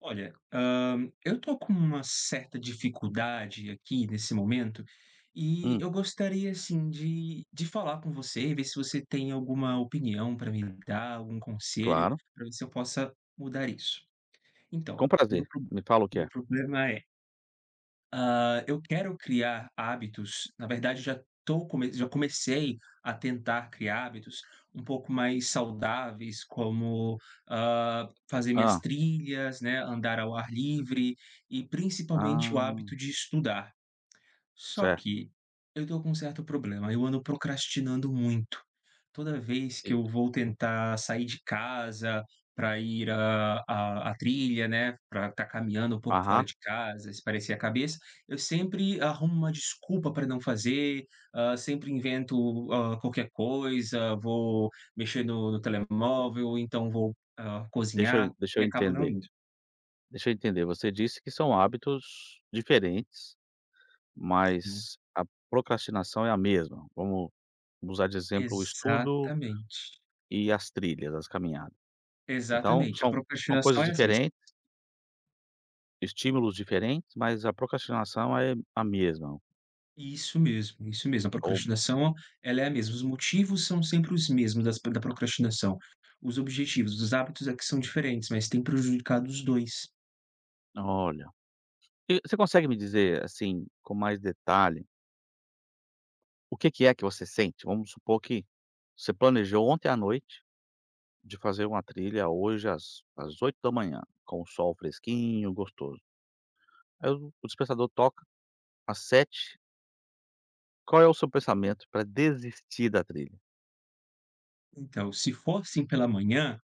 Olha, eu tô com uma certa dificuldade aqui nesse momento, e Hum, eu gostaria assim de falar com você e ver se você tem alguma opinião para me dar, algum conselho, claro, para ver se eu possa mudar isso. com Então, prazer. Me fala o que meu é. problema é eu quero criar hábitos, na verdade já comecei a tentar criar hábitos um pouco mais saudáveis, como, fazer minhas Hã, trilhas, né, andar ao ar livre e principalmente o ah, hábito de estudar. Só certo. que eu estou com um certo problema, eu ando procrastinando muito. Toda vez E que eu e vou tentar sair de casa para ir à trilha, né, para estar caminhando um pouco fora aham, de casa, espairecer a cabeça, eu sempre arrumo uma desculpa para não fazer, sempre invento, qualquer coisa, vou mexer no telemóvel, então vou, deixa cozinhar eu deixa e eu acabo não entender indo. deixa eu entender, você disse que são hábitos diferentes, Sim. mas a procrastinação é a mesma. Vamos usar de exemplo o estudo Exatamente, e as trilhas, as caminhadas. Então exatamente, a são procrastinação coisas é as mesmas. diferentes, estímulos diferentes, mas a procrastinação é a mesma. Isso mesmo, isso mesmo. A Ou procrastinação, ela é a mesma. Os motivos são sempre os mesmos das da procrastinação. Os objetivos, os hábitos é que são diferentes, mas tem prejudicado os 2. olha, e você consegue me dizer, assim, com mais detalhe. O que que é que você sente? Vamos supor que você planejou ontem à noite de fazer uma trilha hoje às 8 da manhã com o sol fresquinho, gostoso. Aí o despertador toca às 7. Qual é o seu pensamento para desistir da trilha? Então, se for assim pela manhã.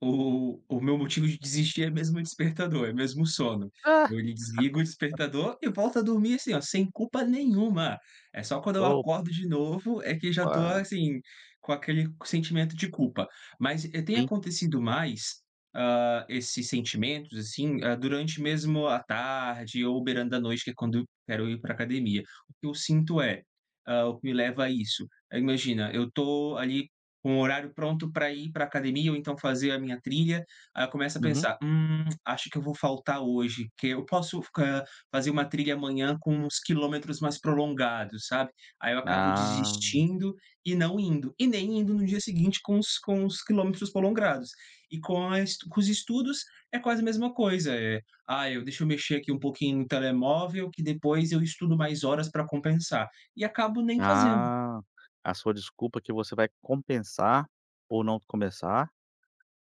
O meu motivo de desistir é mesmo o despertador, é mesmo o sono. "Ah, Eu ele desligo o despertador e volto a dormir, assim, ó, sem culpa nenhuma. É só quando eu acordo de novo é que já tô, opa!" assim, com aquele sentimento de culpa. Mas, tem Sim. acontecido mais, esses sentimentos, assim, durante mesmo a tarde ou beirando da noite, que é quando eu quero ir para academia. O que eu sinto é o que me leva a isso. Imagina, eu tô ali com o horário pronto para ir para a academia ou então fazer a minha trilha, aí eu começo a Uhum. pensar: acho que eu vou faltar hoje, que eu posso ficar fazer uma trilha amanhã com uns quilômetros mais prolongados", sabe. Aí eu acabo Ah, desistindo e não indo, e nem indo no dia seguinte com os quilômetros prolongados. E com os estudos é quase a mesma coisa, "Ah, eu deixa eu mexer aqui um pouquinho no telemóvel que depois eu estudo mais horas para compensar", e acabo nem fazendo. ah, a sua desculpa que você vai compensar ou não começar,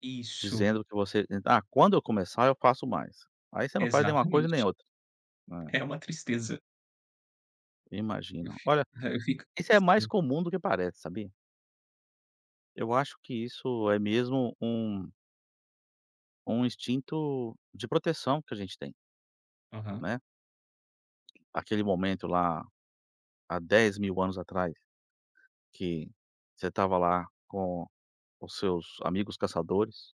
Isso, dizendo que você: "Ah, quando eu começar eu faço mais". Aí você não faz nenhuma coisa nem exatamente. outra. É uma tristeza. É, Eu imagino. fi Olha, eu fico. isso é mais Sim, comum do que parece, sabia? Eu acho que isso é mesmo um instinto de proteção que a gente tem, aham, né. Aquele momento lá, há 10 mil anos atrás, que você estava lá com os seus amigos caçadores,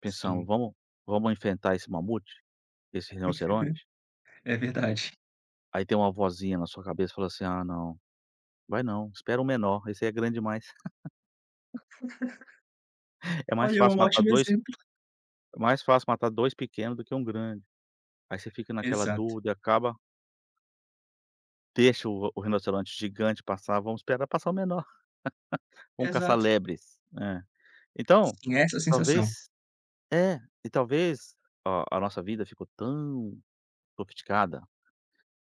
pensando: sim, vamos enfrentar esse mamute, esse rinoceronte?". é verdade. Aí tem uma vozinha na sua cabeça falando assim: "Ah, não, vai não, espera um menor, esse aí é grande demais". É mais Olha, é fácil um matar ótimo 2 exemplo. É mais fácil matar dois pequenos do que um grande. Aí você fica naquela Exato, dúvida, acaba. Deixa o rinoceronte gigante passar, vamos esperar passar o menor, vamos caçar exato. lebres. É. Então, Sim, é essa a sensação. talvez, é, e talvez a nossa vida ficou tão sofisticada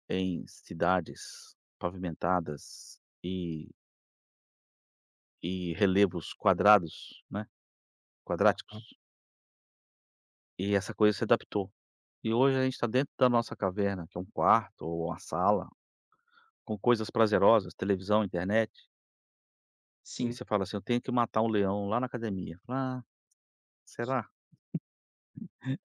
em cidades pavimentadas e relevos quadrados, né, Aham, quadráticos, e essa coisa se adaptou. E hoje a gente está dentro da nossa caverna, que é um quarto ou uma sala, com coisas prazerosas, televisão, internet, e sim. você fala assim: "Eu tenho que matar um leão lá na academia". Fala: "Ah, será?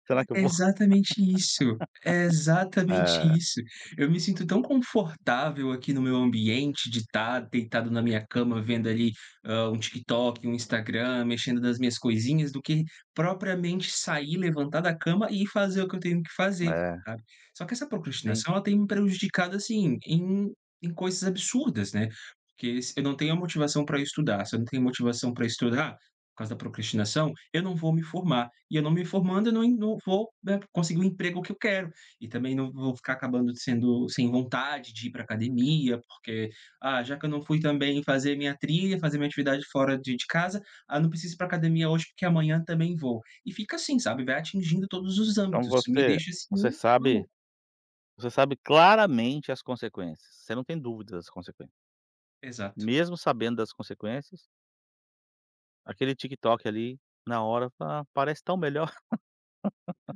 Será que eu É vou?". exatamente isso, é exatamente É, isso. Eu me sinto tão confortável aqui no meu ambiente de estar deitado na minha cama vendo ali, um TikTok, um Instagram, mexendo nas minhas coisinhas, do que propriamente sair, levantar da cama e fazer o que eu tenho que fazer, é, sabe. Só que essa sim. procrastinação ela tem me prejudicado, assim, em coisas absurdas, né, porque se eu não tenho a motivação para estudar, se eu não tenho motivação para estudar, por causa da procrastinação, eu não vou me formar, e eu não me formando, eu não en não vou, né, conseguir o emprego que eu quero, e também não vou ficar acabando sendo sem vontade de ir para academia, porque: "Ah, já que eu não fui também fazer minha trilha, fazer minha atividade fora de casa, ah, não preciso ir pra academia hoje, porque amanhã também vou". E fica assim, sabe, vai atingindo todos os Então âmbitos, me deixa assim você sabe maluco. você sabe claramente as consequências, você não tem dúvida das consequências. Exato. Mesmo sabendo das consequências, aquele TikTok ali, na hora, fala, ah, parece tão melhor,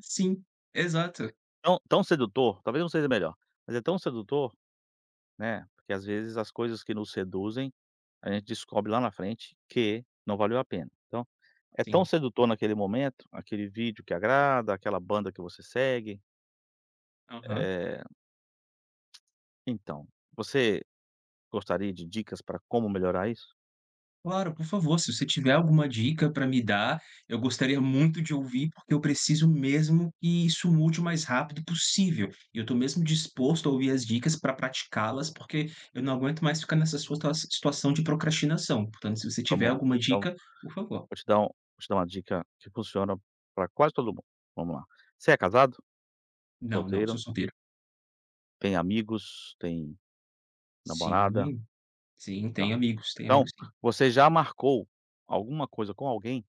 Sim, exato. tão sedutor, talvez não seja melhor, mas é tão sedutor, né, porque às vezes as coisas que nos seduzem, a gente descobre lá na frente que não valeu a pena. Então, é tão Sim. sedutor naquele momento, aquele vídeo que agrada, aquela banda que você segue, Aham. eh, então, você gostaria de dicas para como melhorar isso? Claro, por favor, se você tiver alguma dica para me dar, eu gostaria muito de ouvir, porque eu preciso mesmo que isso mude o mais rápido possível. E eu estou mesmo disposto a ouvir as dicas para praticá-las, porque eu não aguento mais ficar nessa situação de procrastinação. Portanto, se você tiver Vamos lá. alguma Então, dica, por favor. Vou te dar uma dica que funciona para quase todo mundo. Vamos lá. Você é casado? Não, não, Solteiro? sou solteiro. Tem amigos? Tem namorada? Sim, sim, Tá. Tem Então, amigos sim. você já marcou alguma coisa com alguém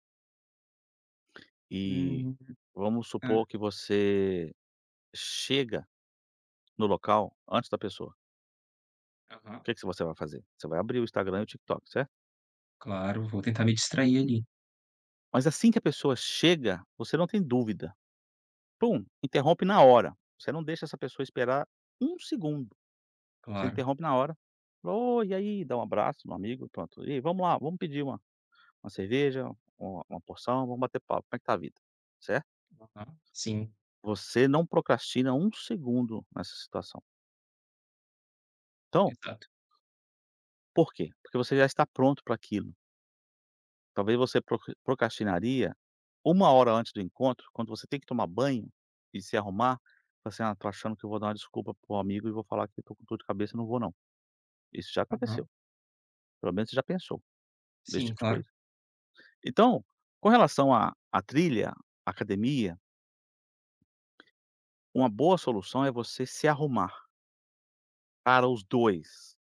e Hum, vamos ah, supor que você chega no local antes da pessoa. O aham, que é que você vai fazer? Você vai abrir o Instagram e o TikTok, certo? claro, vou tentar me distrair ali. Mas assim que a pessoa chega, você não tem dúvida. Pum, interrompe na hora. Você não deixa essa pessoa esperar um segundo, você Claro. interrompe na hora. "Oi, e aí?", dá um abraço no amigo, pronto. "E aí, vamos lá, vamos pedir uma cerveja, uma porção, vamos bater papo, como é que tá a vida", certo? Aham, sim, Você não procrastina um segundo nessa situação. Então, exato. por quê? Porque você já está pronto para aquilo. Talvez você procrastinaria uma hora antes do encontro, quando você tem que tomar banho e se arrumar, fala assim: "Ah, tô achando que eu vou dar uma desculpa pro amigo e vou falar que tô com dor de cabeça e não vou não". Isso já aconteceu. Aham, Pelo menos você já pensou nesse sim, tipo de claro. coisa. Então, com relação à trilha, à academia, uma boa solução é você se arrumar para os 2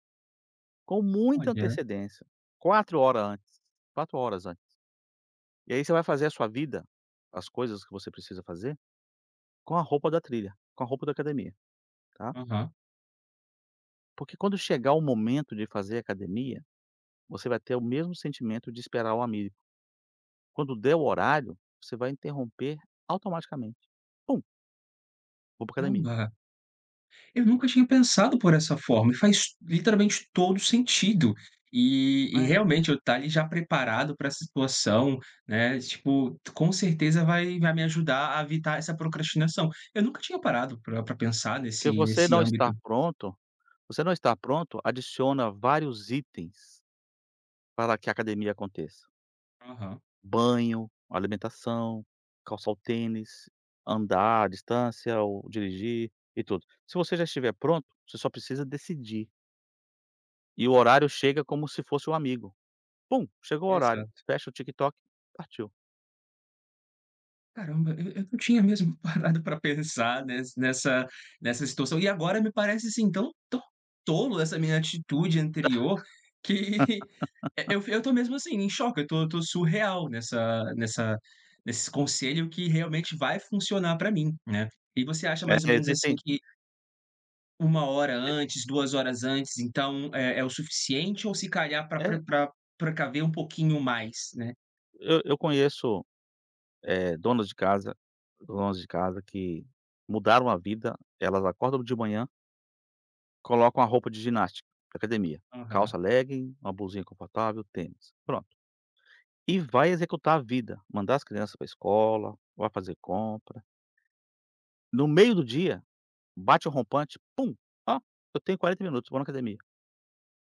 com muita Olha, antecedência, 4 horas antes, 4 horas antes. E aí você vai fazer a sua vida, as coisas que você precisa fazer, com a roupa da trilha, com a roupa da academia, tá. aham. Porque quando chegar o momento de fazer academia, você vai ter o mesmo sentimento de esperar o amigo. Quando der o horário, você vai interromper automaticamente. "Pum, vou para academia", Caramba, eu nunca tinha pensado por essa forma e faz literalmente todo sentido. E e né. realmente eu estar ali já preparado para essa situação, né, tipo, com certeza vai me ajudar a evitar essa procrastinação. Eu nunca tinha parado para pensar que você nesse não âmbito. está pronto Você não está pronto, adiciona vários itens para que a academia aconteça. Aham, Banho, alimentação, calçar o tênis, andar à distância ou dirigir e tudo. Se você já estiver pronto, você só precisa decidir. E o horário chega como se fosse um amigo. Pum, chegou o horário, exato. fecha o TikTok, partiu. Caramba, eu não tinha mesmo parado para pensar nessa situação. E agora me parece, assim, tão tolo essa minha atitude anterior que eu tô mesmo, assim, em choque, eu tô surreal nessa nesse conselho que realmente vai funcionar para mim, né. E você acha Eh, mais ou menos, assim, existem que uma hora antes, 2 horas antes, então, é o suficiente ou se calhar para é, pre pra precaver um pouquinho mais, né? eu conheço, eh, donas de casa donas de casa que mudaram a vida, elas acordam de manhã, coloca uma roupa de ginástica, de academia, calça legging, uma blusinha confortável, tênis, pronto. E vai executar a vida, mandar as crianças para escola, vai fazer compra. No meio do dia, bate o rompante, pum, "Ó, eu tenho 40 minutos, vou na academia".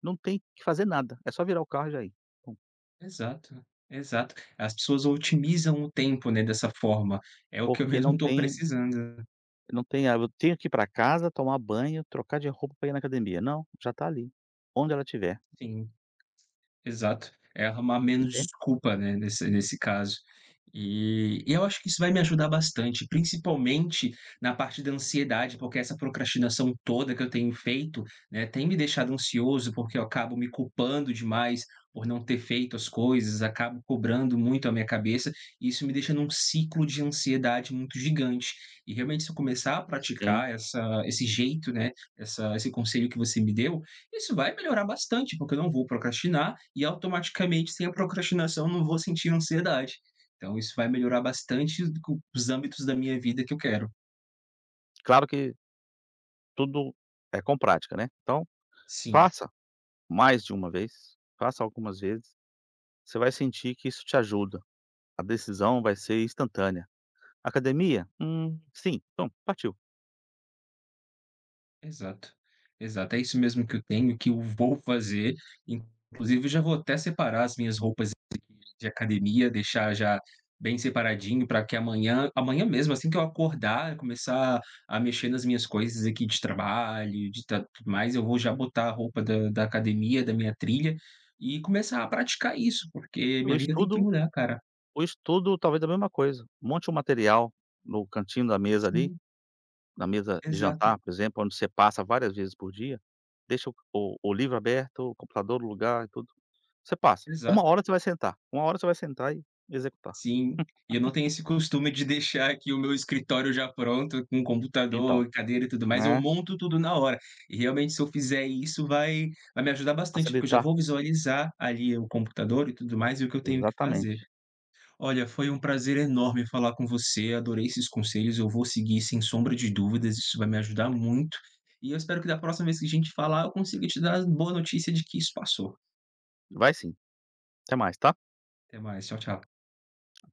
Não tem que fazer nada, é só virar o carro e já ir. Pum. Exato, exato. As pessoas otimizam o tempo, né, dessa forma. É o que eu Porque mesmo estou precisando, não tem a eu tenho que ir para casa, tomar banho, trocar de roupa para ir na academia. Não, já tá ali, onde ela estiver, sim. Exato. É arrumar menos entende? desculpa, né, nesse caso. E eu acho que isso vai me ajudar bastante, principalmente na parte da ansiedade, porque essa procrastinação toda que eu tenho feito, né, tem me deixado ansioso, porque eu acabo me culpando demais por não ter feito as coisas, acabo cobrando muito a minha cabeça, e isso me deixa num ciclo de ansiedade muito gigante. E realmente se eu começar a Sim. praticar essa esse jeito, né, essa esse conselho que você me deu, isso vai melhorar bastante, porque eu não vou procrastinar e automaticamente, sem a procrastinação, eu não vou sentir ansiedade. Então, isso vai melhorar bastante os âmbitos da minha vida que eu quero. Claro que tudo é com prática, né. Então, Sim, faça. Mais de uma vez, faça algumas vezes, você vai sentir que isso te ajuda. A decisão vai ser instantânea. Academia? Sim, então partiu. exato. Exato. É isso mesmo que eu tenho, que eu vou fazer. Inclusive, eu já vou até separar as minhas roupas de academia, deixar já bem separadinho para que amanhã mesmo, assim que eu acordar, começar a mexer nas minhas coisas aqui de trabalho, de ta tudo mais, eu vou já botar a roupa da academia, da minha trilha e começar a praticar isso, porque O minha vida tem que estudo mudar, cara. o estudo talvez a mesma coisa. Monte um material no cantinho da mesa ali, Sim, na mesa de exato, jantar, por exemplo, onde você passa várias vezes por dia, deixa o livro aberto, o computador no lugar e tudo. Você passa. Exato. Uma hora você vai sentar e executar. Sim, e eu não tenho esse costume de deixar aqui o meu escritório já pronto, com Então, computador, cadeira e tudo mais, eu né, monto tudo na hora. E realmente se eu fizer isso vai me ajudar bastante, porque eu já facilitar. vou visualizar ali o computador e tudo mais, e o que eu tenho que fazer. Exatamente. Olha, foi um prazer enorme falar com você, adorei esses conselhos, eu vou seguir sem sombra de dúvidas, isso vai me ajudar muito. E eu espero que da próxima vez que a gente falar, eu consiga te dar a boa notícia de que isso passou. Vai sim. Até mais, tá? Até mais, tchau, tchau. Até.